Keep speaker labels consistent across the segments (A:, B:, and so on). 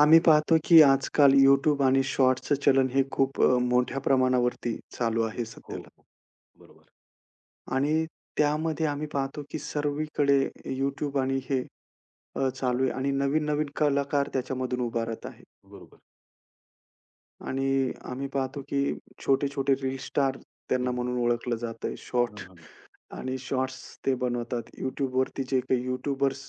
A: आम्ही पाहतो की आजकाल YouTube आणि शॉर्ट्सचं चलन हे खूप मोठ्या प्रमाणावरती चालू
B: हो,
A: आहे
B: हो.
A: सध्याला.
B: हो. बरोबर.
A: आणि त्यामध्ये आम्ही पाहतो की सर्वीकडे YouTube आणि हे चालू
B: शॉर्ट.
A: आहे आणि नवीन-नवीन कलाकार त्याच्यामधून उभारत आहे.
B: बरोबर.
A: आणि आम्ही पाहतो की छोटे-छोटे रील स्टार त्यांना
B: हं.
A: म्हणून ओळखलं जातंय. शॉर्ट
B: हं, हं.
A: आणि शॉर्ट्स ते बनवतात. YouTubeवरती जे काही यूट्यूबर्स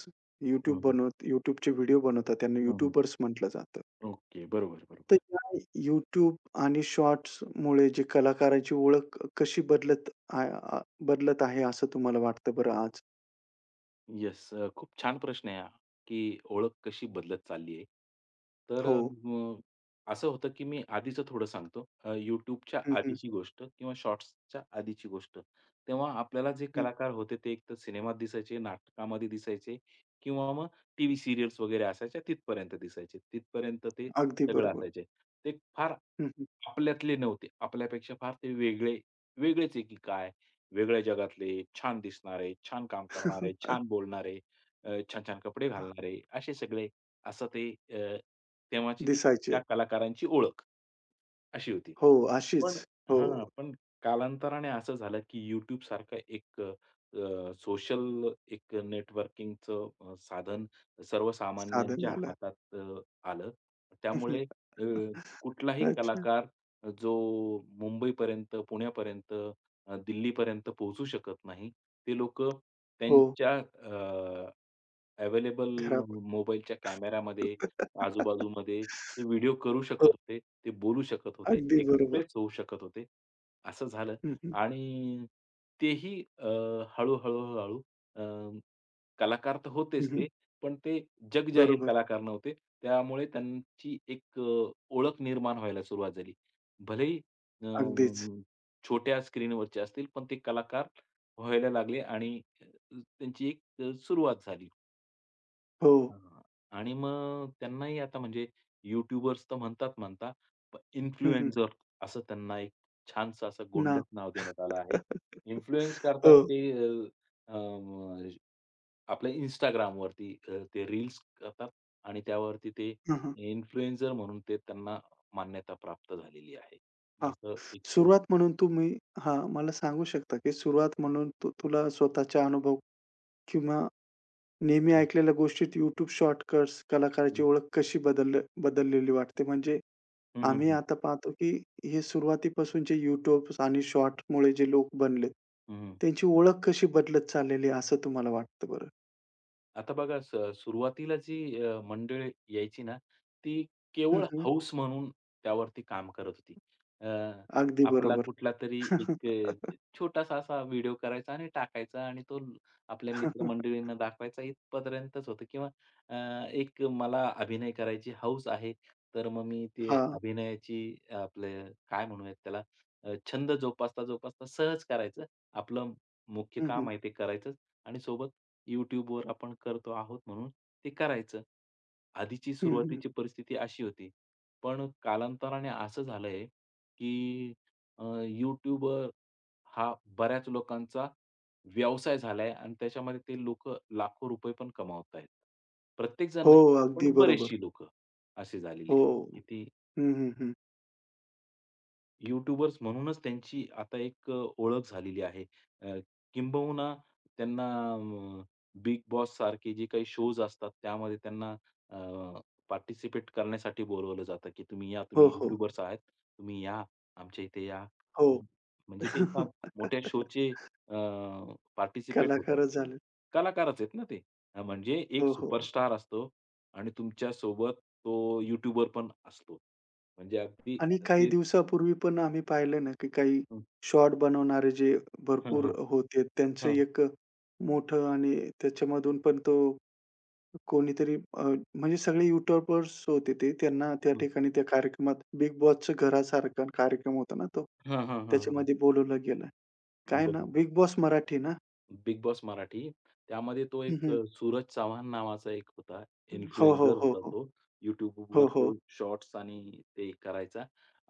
B: हं, हं.
A: YouTubeचे व्हिडिओ बनवतात त्यांना
B: हं, हं.
A: यूट्यूबर्स म्हटलं जातं.
B: ओके. बरोबर,
A: तर
B: बरोबर.
A: या YouTube आणि शॉर्ट्समुळे जे कलाकाराची ओळख कशी बदलत आहे असं तुम्हाला वाटतं बरं आज?
B: येस. खूप छान प्रश्न आहे हा, की ओळख कशी बदलत चालली आहे. तर
A: हो.
B: अ, म असं होतं, की मी आधीचं थोडं सांगतो. YouTubeच्या
A: हं, हं,
B: आधीची गोष्ट किंवा शॉर्ट्सच्या आधीची गोष्ट. तेव्हा आपल्याला जे
A: हं.
B: कलाकार होते ते एकतर सिनेमात दिसायचे, नाटकामध्ये दिसायचे किंवा मग टीव्ही सीरियल्स वगैरे असायच्या तिथपर्यंत दिसायचे. तिथपर्यंत ते
A: अगदी
B: सगळं
A: बरोबर.
B: असायचे. ते फार
A: हं, हं.
B: आपल्यातले नव्हते. आपल्यापेक्षा फार ते वेगळे, वेगळेच आहे की काय वेगळ्या जगातले, छान दिसणारे, छान काम करणारे, छान बोलणारे, छान-छान कपडे घालणारे, असे सगळे असं ते अ, तेव्हाची ती
A: दिसायचे.
B: त्या
A: आहेत.
B: कलाकारांची ओळख, अशी होती.
A: हो, अशीच.
B: पण
A: हो,
B: हां, पण कालांतराने असं झालं की YouTube सारखं एक सोशल एक नेटवर्किंगचं साधन
A: साधन
B: सर्वसामान्यांच्या
A: आलं.
B: हातात आलं. त्यामुळे अ, कुठलाही
A: अच्छा.
B: कलाकार जो मुंबईपर्यंत, पुण्यापर्यंत दिल्लीपर्यंत पोहोचू शकत नाही. ते लोकं
A: हो,
B: त्यांच्या अवेलेबल
A: घरा.
B: मोबाईलच्या कॅमेरामध्ये, आजूबाजूमध्ये ते व्हिडिओ करू शकत
A: हो,
B: होते. ते बोलू शकत होते.
A: अगदी बरोबर.
B: एक्सप्रेस होऊ शकत होते. असं झालं
A: हं, हं.
B: आणि तेही हळू, हळू, हळू अ, कलाकार तर
A: हं,
B: होतेच
A: हं.
B: ते, पण ते जगजाहीर
A: बरोबर.
B: कलाकार नव्हते. त्यामुळे त्यांची एक ओळख निर्माण व्हायला सुरुवात झाली. भलेही अ,
A: अगदीच.
B: छोट्या स्क्रीनवरचे असतील, पण ते कलाकार व्हायला लागले आणि त्यांची एक सुरुवात झाली.
A: हो.
B: हां. आणि मग त्यांनाही आता म्हणजे यूट्यूबर्स तर म्हणतात-म्हणता, पण
A: हं, हं.
B: इन्फ्लुएन्सर असं त्यांना एक छानसं असं
A: ना.
B: गोंडस नाव देण्यात आलं आहे. इन्फ्लुएन्स करतात
A: हो.
B: ते अ, अ, आपल्या Instagramवरती ते रील्स करतात आणि त्यावरती ते
A: हं, हं.
B: इन्फ्लुएन्सर म्हणून ते त्यांना मान्यता प्राप्त झालेली आहे.
A: हां.
B: असं एक
A: सुरुवात म्हणून तुम्ही हां, मला सांगू शकता की सुरुवात म्हणून तू तुला स्वतःचा अनुभव किंवा नेहमी
B: हं,
A: ऐकलेल्या गोष्टीत YouTube शॉर्टकट्स
B: हं.
A: कलाकाराची ओळख कशी बदललेली वाटते? म्हणजे
B: हं, हं,
A: आम्ही
B: हं.
A: आता पाहतो की हे सुरुवातीपासून जे YouTube आणि शॉर्टमुळे जे लोक बनलेत, त्यांची ओळख कशी बदलत चाललेली आहे असं तुम्हाला वाटतं बरं?
B: आता बघा स सुरुवातीला जी मंडळी यायची ना, ती
A: हं,
B: केवळ
A: हं.
B: हौस म्हणून त्यावरती काम करत होती. अ,
A: अगदी
B: आपला
A: बरोबर.
B: कुठलातरी एक छोटासा असा व्हिडिओ करायचा आणि टाकायचा आणि आपल्या मित्रमंडळींना दाखवायचा इथपर्यंतच होतं किंवा एक मला अभिनय करायची हौस आहे, तर मग मी ते
A: हां.
B: अभिनयाची आपले काय म्हणूयात त्याला छंद जोपासता, जोपासता सहज करायचं. आपलं मुख्य
A: हं, हं.
B: काम आहे ते करायचंच आणि सोबत YouTubeवर आपण करतो आहोत म्हणून ते करायचं. आधीची
A: हं, हं.
B: सुरुवातीची परिस्थिती अशी होती. पण कालांतराने असं झालंय, की YouTubeवर हा बऱ्याच लोकांचा व्यवसाय झालाय आणि त्याच्यामध्ये ते लोकं लाखो रुपये पण कमावतायत. प्रत्येकजण
A: हो,
B: नाही, पण
A: अगदी बरोबर.
B: बरेचशी लोकं अशी झालेली
A: हो.
B: आहे, की ती
A: हं, हं, हं.
B: यूट्यूबर्स म्हणूनच त्यांची आता एक ओळख झालेली आहे. अ, किंबहुना त्यांना अ, बिग बॉस सारखे जे काही शोज असतात त्यामध्ये त्यांना अ, पार्टिसिपेट करण्यासाठी बोलवलं जातं, की तुम्ही या,
A: हो,
B: तुम्ही
A: हो.
B: यूट्यूबर्स आहात, तुम्ही या, आमच्या इथे या.
A: हो.
B: म्हणजे ते एका मोठ्या शोचे पार्टिसिपेट होतात
A: कलाकारच
B: ते.
A: झाले.
B: कलाकारच आहेत ना ते. म्हणजे एक
A: हो, हो.
B: सुपरस्टार असतो आणि तुमच्यासोबत तो यूट्यूबर पण असतो. म्हणजे अगदी
A: आणि काही
B: ते
A: दिवसापूर्वी पण आम्ही पाहिलं ना, की काही शॉर्ट बनवणारे जे
B: हां,
A: भरपूर
B: हां.
A: होते, त्यांचं
B: हां,
A: एक मोठं आणि त्याच्यामधून पण तो कोणीतरी म्हणजे सगळे यूट्यूबर्स होते ते. त्यांना त्या
B: हं.
A: ठिकाणी त्या कार्यक्रमात बिग बॉसचं घरासारखा कार्यक्रम होता ना तो.
B: हां, हां, हां, हां.
A: त्याच्यामध्ये बोलावलं गेलं. काय ना
B: बरोबर.
A: बिग बॉस मराठी ना?
B: Bigg Boss Marathi. त्यामध्ये तो
A: हं,
B: एक
A: हं.
B: सूरज चव्हाण नावाचा एक होता,
A: हो, हो,
B: इन्फ्लुएन्सर
A: हो,
B: होता
A: हो.
B: तो.
A: हो,
B: YouTubeवर
A: हो.
B: तो शॉर्ट्स आणि ते करायचा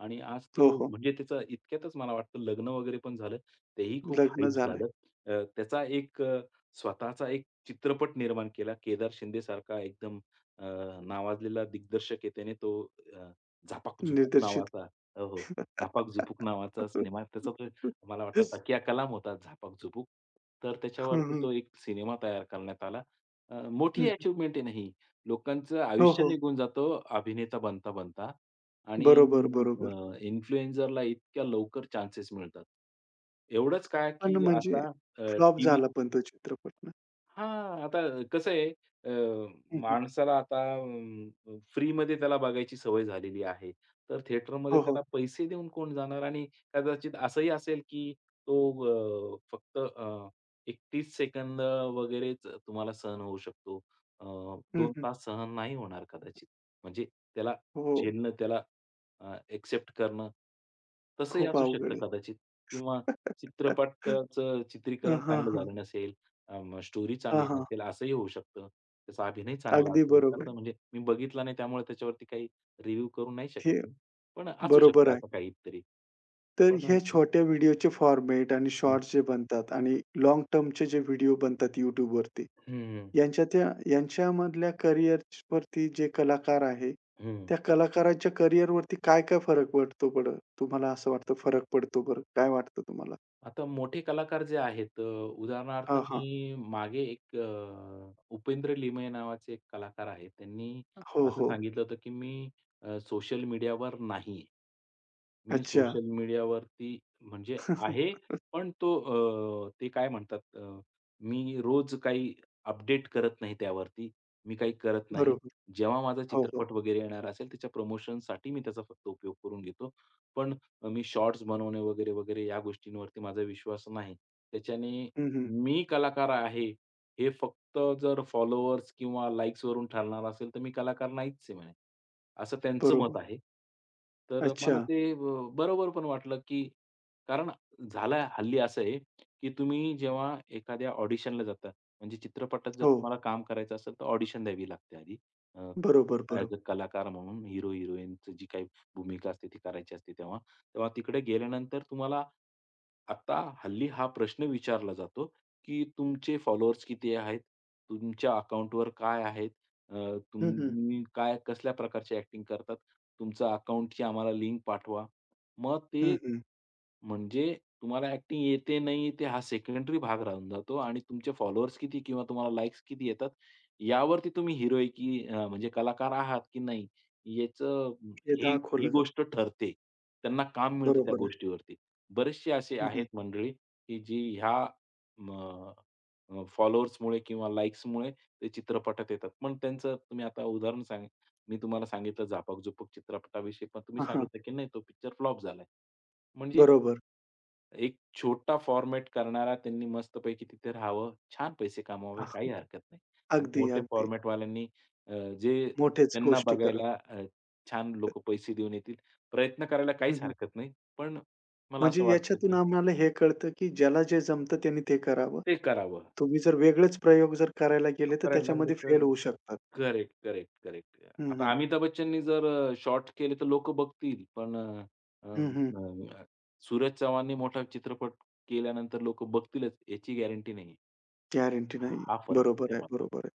B: आणि आज तो
A: हो, हो.
B: म्हणजे त्याचा इतक्यातच मला वाटतं लग्न वगैरे पण झालं. तेही खूप
A: लग्न
B: हाईप
A: झालंय.
B: झालं. त्याचा एक स्वतःचा एक चित्रपट निर्माण केला. केदार शिंदेसारखा एकदम अ, नावाजलेला दिग्दर्शक आहे. त्याने तो अ, झापाक-झुपूक
A: निर्देशित.
B: नावाचा हो, हो. झापाक-झुपूक नावाचा सिनेमा त्याचा तो मला वाटतं तकिया कलाम होता झापाक-झुपूक. तर
A: हं,
B: त्याच्यावरती
A: हं.
B: तो एक सिनेमा तयार करण्यात आला. मोठी
A: हं.
B: अचीव्हमेंट आहे ना ही. लोकांचं
A: हो,
B: आयुष्य
A: हो.
B: निघून जातं अभिनेता बनता-बनता आणि
A: बरोबर, बरोबर.
B: इन्फ्लुएन्सरला इतक्या लवकर चान्सेस मिळतात. एवढंच काय,
A: पण
B: की
A: म्हणजे
B: आता
A: फ्लॉप
B: टीव्ही
A: झाला पण तो चित्रपट ना.
B: हां, आता कसं आहे अ,
A: हं, हं.
B: माणसाला आता फ्री फ्रीमध्ये त्याला बघायची सवय झालेली आहे. तर थिएटरमध्ये
A: हो, हो.
B: त्याला पैसे देऊन कोण जाणार आणि कदाचित असंही असेल की तो फक्त 31 सेकंद वगैरेच तुम्हाला सहन होऊ शकतो. अ,
A: हं,
B: 2
A: हं.
B: तास सहन नाही होणार कदाचित. म्हणजे त्याला
A: हो.
B: झेलणं, त्याला एक्सेप्ट करणं, तसंही
A: खूप
B: असू
A: अवघड
B: शकतं
A: आहे.
B: कदाचित किंवा चित्रपटाचं
A: हां,
B: चित्रीकरण
A: हां,
B: चांगलं
A: हां.
B: झालं नसेल अ, स्टोरी
A: हां,
B: चांगली
A: हां.
B: नसेल असंही होऊ शकतं. त्याचा अभिनय चांगला
A: अगदी
B: असेल,
A: बरोबर.
B: असं म्हणजे मी बघितला नाही त्यामुळे त्याच्यावरती काही रिव्ह्यू करू नाही शकत
A: हे
B: मी. पण असू
A: बरोबर
B: शकतं
A: आहे.
B: असं काहीतरी.
A: तर
B: पण
A: हे छोट्या व्हिडिओचे फॉर्मॅट आणि शॉर्ट्स जे बनतात आणि लाँग टर्मचे जे व्हिडिओ बनतात YouTubeवरती
B: हं, हं,
A: यांच्यामधल्या करिअरवरती जे कलाकार आहे, त्या कलाकाराच्या करिअरवरती काय-काय फरक पडतो बरं? तुम्हाला असं वाटतं फरक पडतो बरं? काय वाटतं तुम्हाला?
B: आता मोठे कलाकार जे आहेत उदाहरणार्थ
A: हां, हां.
B: मी मागे एक उपेंद्र लिमये नावाचे एक कलाकार आहेत. त्यांनी
A: हो,
B: असं
A: हो.
B: सांगितलं होतं, की मी सोशल मीडियावर नाही आहे. मी
A: अच्छा.
B: सोशल मीडियावरती म्हणजे आहे, पण तो ते काय म्हणतात मी रोज काही अपडेट करत नाही त्यावरती. मी काही करत नाही.
A: बरोबर.
B: जेव्हा माझा
A: हो, हो.
B: चित्रपट वगैरे येणार असेल त्याच्या प्रमोशनसाठी मी त्याचा फक्त उपयोग करून घेतो. पण मी शॉर्ट्स बनवणे वगैरे, वगैरे या गोष्टींवरती माझा विश्वास नाही. त्याच्याने
A: हं, हं.
B: मी कलाकार आहे, हे फक्त जर फॉलोअर्स किंवा लाइक्सवरून ठरणार असेल, तर मी कलाकार नाहीच आहे म्हणे. असं त्यांचं
A: बरोबर.
B: मत आहे. तर
A: अच्छा.
B: मला ते बरोबर पण वाटलं, की कारण झालं हल्ली असं आहे, की तुम्ही जेव्हा एखाद्या ऑडिशनला जाता, म्हणजे चित्रपटात जर
A: हो.
B: तुम्हाला काम करायचं असेल, तर ऑडिशन द्यावी लागते आधी. ऍज
A: बरोबर, बरोबर.
B: ॲज अ कलाकार म्हणून हिरो-हिरोईनचं जी काही भूमिका असते ती करायची असते तेव्हा. तेव्हा तिकडे गेल्यानंतर तुम्हाला आता हल्ली हा प्रश्न विचारला जातो, की तुमचे फॉलोअर्स किती आहेत? तुमच्या अकाउंटवर काय आहेत?
A: हं, हं.
B: तुम्ही काय कसल्या प्रकारची ॲक्टिंग करतात? तुमचा अकाउंटची आम्हाला लिंक पाठवा. मग
A: हं,
B: ते
A: हं.
B: म्हणजे तुम्हाला ॲक्टिंग येते, नाही येते हा सेकंडरी भाग राहून जातो आणि तुमचे फॉलोअर्स किती किंवा तुम्हाला लाइक्स किती येतात, यावरती तुम्ही हिरो की म्हणजे कलाकार आहात की नाही याचं
A: हे
B: ही ही
A: दाखवलं जातं.
B: गोष्ट ठरते. त्यांना काम मिळतं त्या
A: बरोबर आहे.
B: गोष्टीवरती. बरेचसे असे
A: हं, हं.
B: आहेत मंडळी, की जी ह्या म फॉलोअर्समुळे किंवा लाइक्समुळे ते चित्रपटात येतात. पण त्यांचं तुम्ही आता उदाहरण सांग मी तुम्हाला सांगितलं झापाक-झुपूक चित्रपटाविषयी, पण तुम्ही
A: हां, हां.
B: सांगितलं की नाही तो पिक्चर फ्लॉप झालाय. म्हणजे
A: बरोबर.
B: एक छोटा फॉर्मॅट करणारा त्यांनी मस्तपैकी तिथे राहावं, छान पैसे कमवावे,
A: हां,
B: काही
A: हां.
B: हरकत नाही. आणि
A: अगदी,
B: मोठ्या
A: अगदी.
B: फॉर्मॅटवाल्यांनी अ, जे
A: मोठ्याच
B: त्यांना
A: गोष्टी करा.
B: बघायला छान लोकं पैसे देऊन येतील, प्रयत्न करायला
A: हं,
B: काहीच
A: हं.
B: हरकत नाही. पण मला
A: म्हणजे
B: असं वाटतं,
A: याच्यातून
B: की
A: आम्हाला हे कळतं, की ज्याला जे जमतं त्याने ते करावं.
B: ते करावं.
A: तुम्ही जर वेगळेच प्रयोग जर करायला
B: तो
A: गेले, तर
B: करायला लागले
A: त्याच्यामध्ये फेल
B: तर
A: होऊ शकतात.
B: Correct, correct, correct.
A: हं,
B: आता
A: हं.
B: अमिताभ बच्चननी जर शॉर्ट केले तर लोकं बघतील. पण अ, अ,
A: हं, हं.
B: अ, सूरज चव्हाणनी मोठा चित्रपट केल्यानंतर लोकं बघतीलच याची गॅरंटी नाहीये.
A: गॅरंटी
B: हा
A: नाही.
B: हा फरक आहे
A: बरोबर आहे,
B: त्यामधला.
A: बरोबर आहे.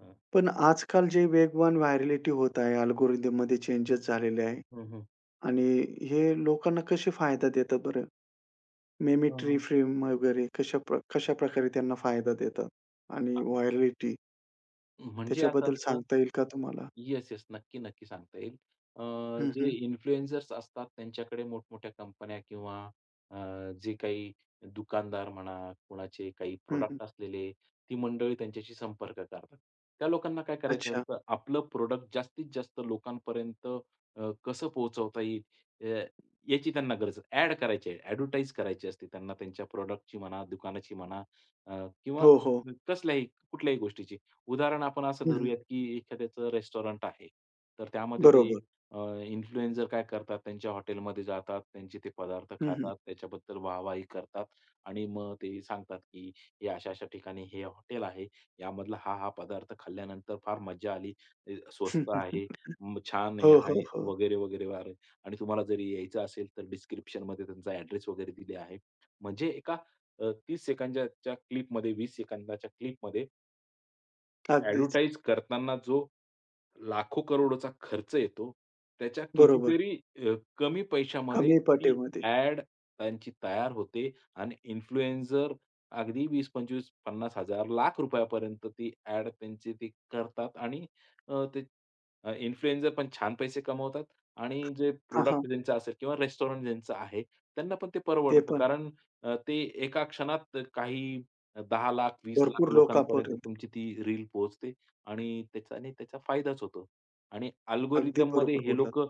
B: हां.
A: पण आजकाल जे वेगवान व्हायरलिटी होत आहे, अल्गोरिदममध्ये चेंजेस झालेले आहे
B: हं, हं.
A: आणि हे लोकांना कसे फायदा देतात बरं? मिमिक्री
B: हां.
A: फिल्म वगैरे कशाप्रकारे त्यांना फायदा देतात? आणि व्हायरलिटी
B: म्हणजे असं
A: त्याच्याबद्दल
B: असतं,
A: सांगता येईल का तुम्हाला?
B: Yes, yes. नक्की, नक्की सांगता येईल. अ,
A: हं,
B: जे
A: हं.
B: इन्फ्लुएन्सर्स असतात त्यांच्याकडे मोठमोठ्या कंपन्या किंवा जे काही दुकानदार म्हणा, कोणाचे काही
A: हं, हं.
B: प्रोड़क्ट असलेले, ती मंडळी त्यांच्याशी संपर्क करतात. त्या लोकांना काय करायचं
A: अच्छा.
B: असतं, आपलं प्रॉडक्ट जास्तीत जास्त लोकांपर्यंत कसं पोहोचवता येईल, अ, याची त्यांना गरज आहे. करायची आहे, ॲडव्हर्टाइज करायची असते त्यांना त्यांच्या प्रॉडक्टची म्हणा, दुकानाची म्हणा किंवा
A: हो, हो.
B: कसल्याही कुठल्याही गोष्टीची. उदाहरण आपण असं
A: हं, हं.
B: धरूयात, की एखाद्याचं रेस्टॉरंट आहे. तर त्यामध्ये ते
A: बरोबर.
B: अ, इन्फ्लुएन्सर काय करतात, त्यांच्या हॉटेलमध्ये जातात, त्यांचे ते पदार्थ
A: हं, हं.
B: खातात, त्याच्याबद्दल वाहवाही करतात आणि मग ते सांगतात, की "हे अशा-अशा ठिकाणी हे हॉटेल आहे. यामधला हा, हा पदार्थ खाल्ल्यानंतर फार मज्जा आली. स्वस्त आहे, छान आहे"
A: हो, हो,
B: आहे,
A: हो.
B: वगैरे, वगैरे, वगैरे. आणि तुम्हाला जरी यायचं असेल, तर डिस्क्रिप्शनमध्ये त्यांचा ॲड्रेस वगैरे दिले आहे. म्हणजे एका 30 सेकंदाच्या क्लिपमध्ये, 20 सेकंदाच्या क्लिपमध्ये
A: अगदीच.
B: ॲडव्हर्टाइज करताना जो लाखो करोडोचा खर्च येतो, त्याच्या
A: बरोबर.
B: कितीतरी कमी पैशामध्ये
A: कमी
B: ती
A: पटीमध्ये.
B: ॲड त्यांची तयार होते आणि इन्फ्लुएन्सर अगदी 20, 25, 50,000 लाख रुपयापर्यंत ती ॲड त्यांची ते करतात आणि ते इन्फ्लुएन्सर पण छान पैसे कमवतात आणि जे
A: हां, हां.
B: प्रॉडक्ट ज्यांचं असेल किंवा रेस्टॉरंट ज्यांचं आहे, त्यांना पण ते
A: ते
B: परवडतं.
A: पण
B: कारण ते एका क्षणात काही 10 लाख, 20 लाख
A: भरपूर
B: लोकांपर्यंत
A: लोकांपर्यंत.
B: तुमची ती रील पोहोचते. आणि त्याच्याने त्याचा फायदाच होतो. आणि
A: अगदी
B: अल्गोरिथममध्ये
A: बरोबर
B: हे
A: बोललात.
B: लोक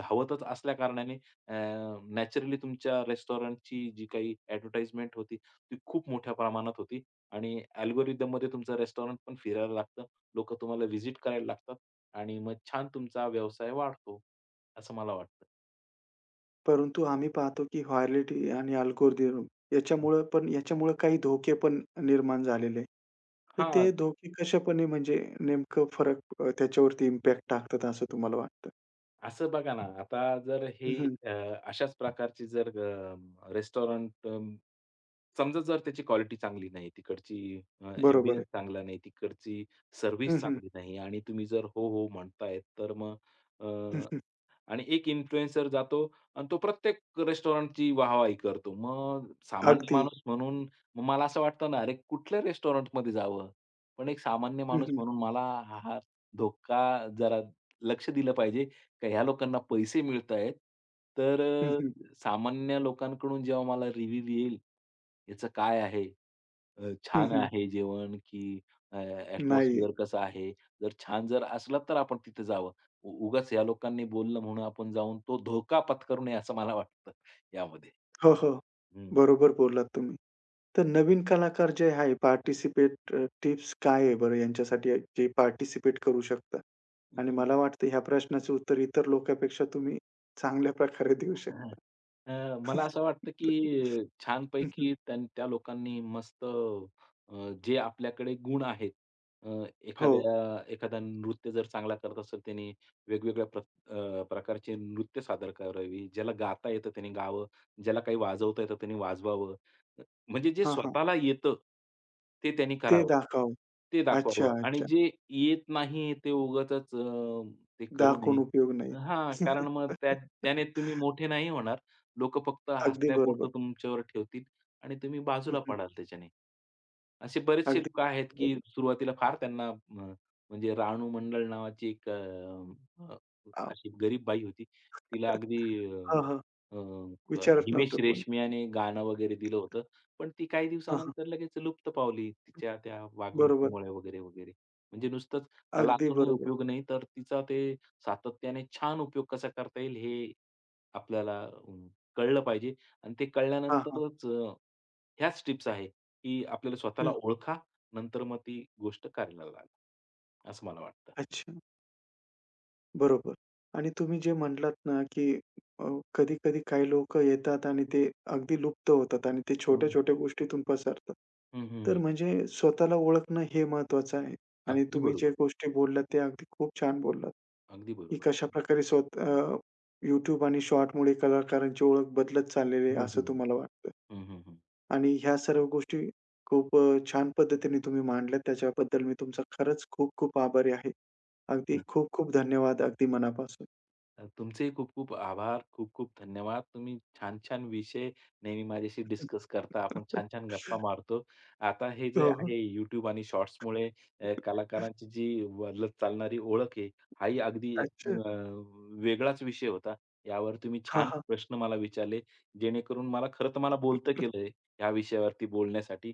B: धावतच असल्याकारणाने अ, नॅचरली तुमच्या रेस्टॉरंटची जी काही ॲडव्हर्टाइजमेंट होती, ती खूप मोठ्या प्रमाणात होती आणि अल्गोरिथममध्ये तुमचं रेस्टॉरंट पण फिरायला लागतं. लोकं तुम्हाला व्हिजिट करायला लागतात आणि मग छान तुमचा व्यवसाय वाढतो, असं मला वाटतं.
A: परंतु आम्ही पाहतो की व्हायरलिटी आणि अल्गोरिदम याच्यामुळं काही धोके पण निर्माण झालेले आहेत. तर
B: हां,
A: ते धोके कशापणे म्हणजे नेमकं फरक त्याच्यावरती इम्पॅक्ट टाकतात असं तुम्हाला वाटतं?
B: असं बघा ना, आता जर
A: हं,
B: हे
A: हं.
B: अ, अशाच प्रकारची जर रेस्टॉरंट समजा जर त्याची क्वालिटी चांगली नाही, तिकडची
A: बरोबर आहे.
B: चांगला नाही, तिकडची
A: हं,
B: सर्व्हिस
A: हं.
B: चांगली नाही आणि तुम्ही जर हो, हो म्हणताय, तर मग
A: हं, हं.
B: आणि एक इन्फ्लुएन्सर जातो आणि तो प्रत्येक रेस्टॉरंटची वाहवाही करतो. मग सामान्य
A: अगदी.
B: माणूस म्हणून मग मला असं वाटतं ना, अरे कुठल्या रेस्टॉरंटमध्ये जावं? पण एक सामान्य
A: हं,
B: माणूस
A: हं.
B: म्हणून मला हा धोका जरा लक्ष दिलं पाहिजे, का ह्या लोकांना पैसे मिळतायत. तर
A: हं, हं.
B: सामान्य लोकांकडून जेव्हा मला रिव्ह्यू येईल, याचं काय आहे?
A: हं,
B: छान
A: हं.
B: आहे जेवण की अ,
A: नाही.
B: कसं आहे? जर छान जर असलं तर आपण तिथे जावं. उगाच या लोकांनी बोललं म्हणून आपण जाऊन तो धोका पत्करू नये असं मला वाटतं यामध्ये.
A: हो, हो.
B: हं.
A: बरोबर बोललात तुम्ही. तर नवीन कलाकार जे आहे टिप्स काय आहे बरं यांच्यासाठी जे पार्टिसिपेट करू शकतात? आणि मला वाटतं ह्या प्रश्नाचं उत्तर इतर लोकांपेक्षा तुम्ही चांगल्या प्रकारे देऊ शकता.
B: अ, मला असं वाटतं की
A: हं, हं.
B: छानपैकी त्या लोकांनी मस्त जे आपल्याकडे गुण आहेत, अ,
A: हो.
B: एखाद्या एखादा नृत्य जर चांगला करत असेल त्याने वेगवेगळ्या प्रकारचे नृत्य सादर करावी. ज्याला गाता येतं त्याने गावं, ज्याला काही वाजवता येतं त्याने वाजवावं. अ, म्हणजे जे
A: हां, हां.
B: स्वतःला येतं, ते त्यांनी
A: ते
B: करावं.
A: दाखवावं.
B: ते
A: अच्छा,
B: दाखवावं आणि
A: अच्छा.
B: जे येत नाही ते उगाचच ते करू
A: दाखवून
B: नये.
A: उपयोग नाही.
B: हां, कारण मग त्याने तुम्ही मोठे नाही होणार. लोकं फक्त
A: अगदी बरोबर.
B: हसण्यापुरतं तुमच्यावर ठेवतील आणि तुम्ही
A: हं,
B: बाजूला
A: हं.
B: पडाल त्याच्याने. असे बरेचसे
A: अगदी
B: लोकं आहेत, की
A: बरोबर.
B: सुरुवातीला फार त्यांना म्हणजे रानू मंडल नावाची एक
A: हां.
B: अशी गरीब बाई होती. तिला अगदी अ,
A: हां, हां.
B: अ,
A: विचारत
B: हिमेश
A: नव्हतं कोणी.
B: रेशमियाने गाणं वगैरे दिलं होतं. पण ती काही
A: हां, हां.
B: दिवसानंतर लगेच लुप्त पावली तिच्या त्या
A: बरोबर.
B: वागणुकीमुळे वगैरे, वगैरे. म्हणजे नुसतंच कला
A: अगदी
B: असूनही
A: बरोबर.
B: उपयोग नाही, तर तिचा ते सातत्याने छान उपयोग कसा करता येईल हे आपल्याला कळलं पाहिजे आणि ते
A: हां, हां.
B: कळल्यानंतरच ह्याच टिप्स आहे, की आपल्याला स्वतःला
A: हं.
B: ओळखा, नंतर मग ती गोष्ट कार्याला लागा. असं मला वाटतं.
A: अच्छा. बरोबर. आणि तुम्ही जे म्हटलात ना, की अ, कधी-कधी काही लोकं येतात आणि ते अगदी लुप्त होतात आणि ते
B: हं.
A: छोट्या-छोट्या गोष्टीतून पसरतात.
B: हं, हं,
A: तर
B: हं.
A: म्हणजे स्वतःला ओळखणं हे महत्त्वाचं आहे आणि
B: अगदी
A: तुम्ही जे
B: बरोबर.
A: गोष्टी बोललात ते अगदी खूप छान बोललात,
B: अगदी
A: की
B: बरोबर.
A: कशाप्रकारे YouTube आणि शॉर्टमुळे कलाकारांची ओळख बदलत चाललेली आहे
B: हं,
A: असं
B: हं.
A: तुम्हाला वाटतं.
B: हं, हं, हं. हं.
A: आणि ह्या सर्व गोष्टी खूप छान पद्धतीने तुम्ही मांडल्यात. त्याच्याबद्दल मी तुमचा खरंच खूप-खूप आभारी आहे. अगदी खूप-खूप धन्यवाद अगदी मनापासून.
B: तुमचेही खूप-खूप आभार. खूप-खूप धन्यवाद. तुम्ही छान-छान विषय नेहमी माझ्याशी डिस्कस करता. आपण छान-छान गप्पा मारतो. आता हे जे
A: हो, हो.
B: आहे YouTube आणि शॉर्ट्समुळे कलाकारांची जी बदलत चालणारी ओळख आहे, हाही अगदी एक
A: अच्छा.
B: वेगळाच विषय होता. यावर तुम्ही
A: हां,
B: छान
A: हां.
B: प्रश्न मला विचारले, जेणेकरून मला खरं तर मला बोलतं केलंय ह्या विषयावरती बोलण्यासाठी.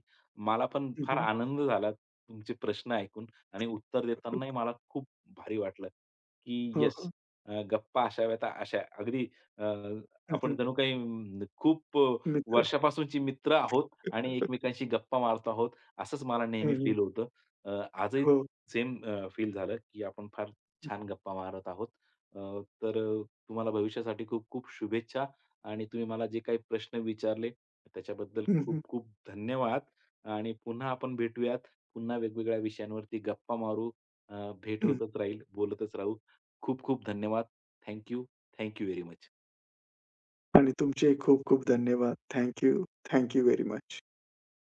B: मला पण
A: हं,
B: फार
A: हं.
B: आनंद झाला तुमचे प्रश्न ऐकून आणि उत्तर देतानाही मला खूप भारी वाटलं, की
A: हो,
B: येस
A: हो.
B: गप्पा अशाव्यात अशा अगदी अ,
A: हं,
B: आपण
A: हं.
B: जणू काही खूप
A: मित्र.
B: वर्षापासूनचे मित्र आहोत आणि एकमेकांशी गप्पा मारतो आहोत, असंच मला
A: हं,
B: नेहमी
A: हं.
B: फील होतं. आजही
A: हो.
B: सेम फील झालं, की आपण फार छान गप्पा मारत आहोत. अ, तर अ, तुम्हाला भविष्यासाठी खूप-खूप शुभेच्छा आणि तुम्ही मला जे काही प्रश्न विचारले, त्याच्याबद्दल
A: हं, हं.
B: खूप-खूप धन्यवाद आणि पुन्हा आपण भेटूयात. पुन्हा वेगवेगळ्या विषयांवरती गप्पा मारू. भेट
A: हं.
B: होतच राहील, बोलतच राहू. खूप खूप धन्यवाद. Thank you. Thank you very much.
A: आणि तुमचे खूप खूप धन्यवाद. Thank you. Thank you very much.